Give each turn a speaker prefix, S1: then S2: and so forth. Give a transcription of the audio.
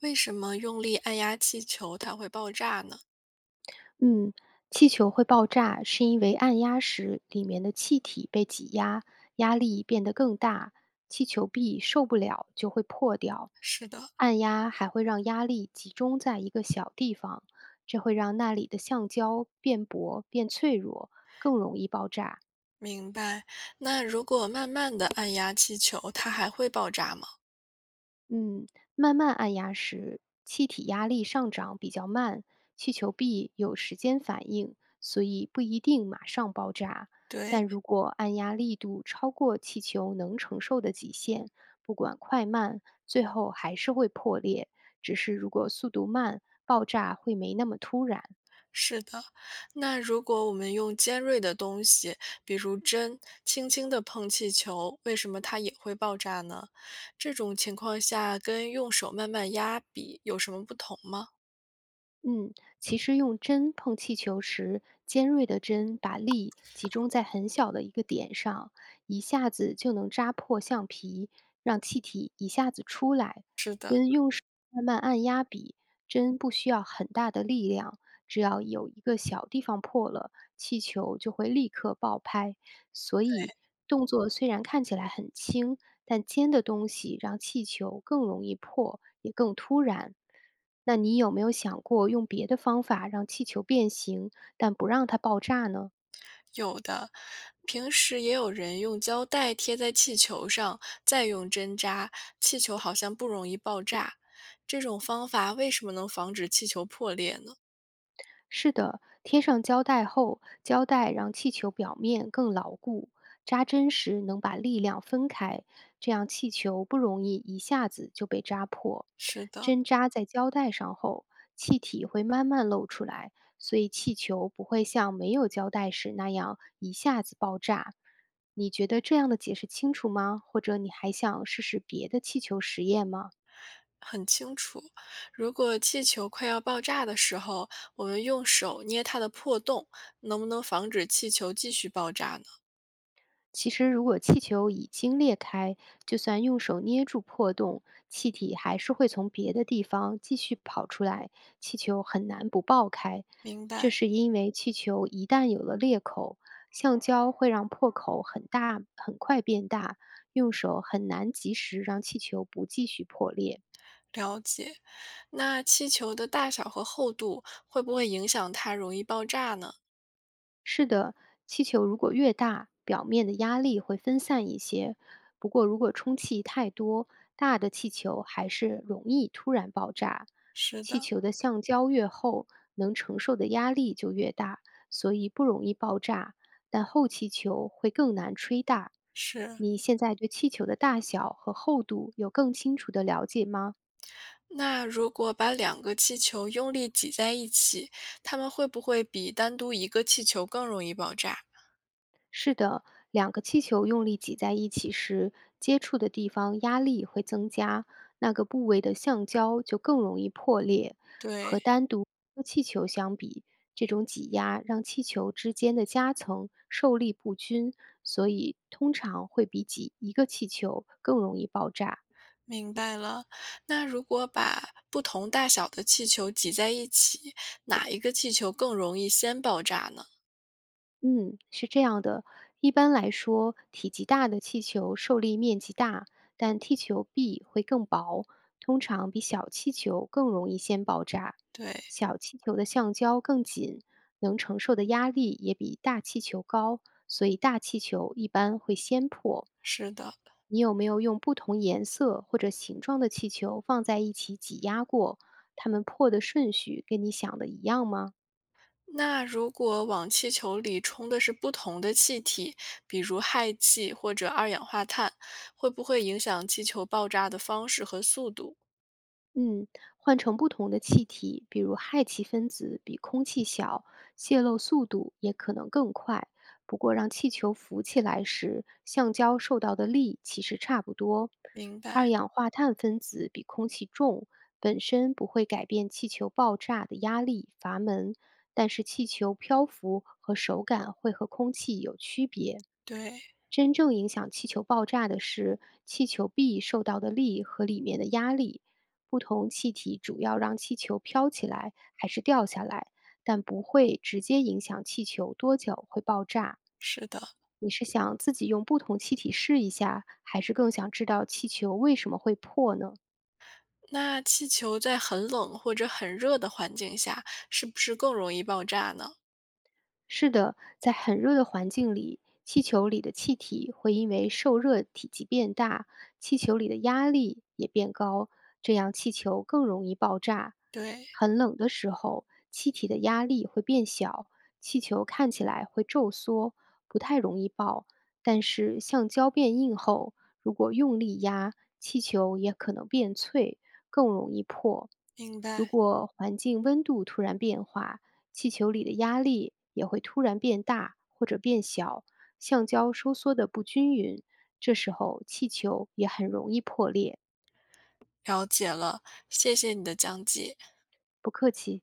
S1: 为什么用力按压气球它会爆炸呢？
S2: 嗯，气球会爆炸，是因为按压时里面的气体被挤压，压力变得更大，气球壁受不了就会破掉。
S1: 是的，
S2: 按压还会让压力集中在一个小地方，这会让那里的橡胶变薄、变脆弱，更容易爆炸。
S1: 明白。那如果慢慢的按压气球，它还会爆炸吗？
S2: 嗯，慢慢按压时，气体压力上涨比较慢，气球壁有时间反应，所以不一定马上爆炸。
S1: 对，
S2: 但如果按压力度超过气球能承受的极限，不管快慢，最后还是会破裂。只是如果速度慢，爆炸会没那么突然。
S1: 是的。那如果我们用尖锐的东西，比如针，轻轻的碰气球，为什么它也会爆炸呢？这种情况下跟用手慢慢压比有什么不同吗？
S2: 嗯，其实用针碰气球时，尖锐的针把力集中在很小的一个点上，一下子就能扎破橡皮，让气体一下子出来。
S1: 是的。
S2: 跟用手慢慢按压比，针不需要很大的力量，只要有一个小地方破了，气球就会立刻爆拍。所以，动作虽然看起来很轻，但尖的东西让气球更容易破，也更突然。那你有没有想过用别的方法让气球变形，但不让它爆炸呢？
S1: 有的，平时也有人用胶带贴在气球上，再用针扎，气球好像不容易爆炸。这种方法为什么能防止气球破裂呢？
S2: 是的，贴上胶带后，胶带让气球表面更牢固，扎针时能把力量分开，这样气球不容易一下子就被扎破。
S1: 是的，
S2: 针扎在胶带上后，气体会慢慢漏出来，所以气球不会像没有胶带时那样一下子爆炸。你觉得这样的解释清楚吗？或者你还想试试别的气球实验吗？
S1: 很清楚。如果气球快要爆炸的时候，我们用手捏它的破洞，能不能防止气球继续爆炸呢？
S2: 其实，如果气球已经裂开，就算用手捏住破洞，气体还是会从别的地方继续跑出来，气球很难不爆开。
S1: 明
S2: 这
S1: 白。
S2: 是因为气球一旦有了裂口，橡胶会让破口很大，很快变大，用手很难及时让气球不继续破裂。
S1: 了解，那气球的大小和厚度会不会影响它容易爆炸呢？
S2: 是的，气球如果越大，表面的压力会分散一些。不过，如果充气太多，大的气球还是容易突然爆炸。
S1: 是
S2: 气
S1: 的，
S2: 球的橡胶越厚，能承受的压力就越大，所以不容易爆炸。但厚气球会更难吹大。
S1: 是。
S2: 你现在对气球的大小和厚度有更清楚的了解吗？
S1: 那如果把两个气球用力挤在一起，它们会不会比单独一个气球更容易爆炸？
S2: 是的，两个气球用力挤在一起时，接触的地方压力会增加，那个部位的橡胶就更容易破裂。
S1: 对，
S2: 和单独一个气球相比，这种挤压让气球之间的夹层受力不均，所以通常会比挤一个气球更容易爆炸。
S1: 明白了。那如果把不同大小的气球挤在一起，哪一个气球更容易先爆炸呢？
S2: 嗯，是这样的。一般来说，体积大的气球受力面积大，但气球壁会更薄，通常比小气球更容易先爆炸。
S1: 对，
S2: 小气球的橡胶更紧，能承受的压力也比大气球高，所以大气球一般会先破。
S1: 是的。
S2: 你有没有用不同颜色或者形状的气球放在一起挤压过？它们破的顺序跟你想的一样吗？
S1: 那如果往气球里冲的是不同的气体，比如氦气或者二氧化碳，会不会影响气球爆炸的方式和速度？
S2: 嗯，换成不同的气体，比如氦气分子比空气小，泄漏速度也可能更快。不过，让气球浮起来时，橡胶受到的力其实差不多。
S1: 明白，
S2: 二氧化碳分子比空气重，本身不会改变气球爆炸的压力阀门，但是气球漂浮和手感会和空气有区别。
S1: 对，
S2: 真正影响气球爆炸的是气球壁受到的力和里面的压力。不同气体主要让气球飘起来还是掉下来。但不会直接影响气球多久会爆炸。
S1: 是的。
S2: 你是想自己用不同气体试一下，还是更想知道气球为什么会破呢？
S1: 那气球在很冷或者很热的环境下，是不是更容易爆炸呢？
S2: 是的，在很热的环境里，气球里的气体会因为受热体积变大，气球里的压力也变高，这样气球更容易爆炸。
S1: 对，
S2: 很冷的时候，气体的压力会变小，气球看起来会皱缩，不太容易爆。但是橡胶变硬后，如果用力压，气球也可能变脆，更容易破。
S1: 明
S2: 如
S1: 白，
S2: 果环境温度突然变化，气球里的压力也会突然变大或者变小，橡胶收缩的不均匀，这时候气球也很容易破裂。
S1: 了解了，谢谢你的讲解。
S2: 不客气。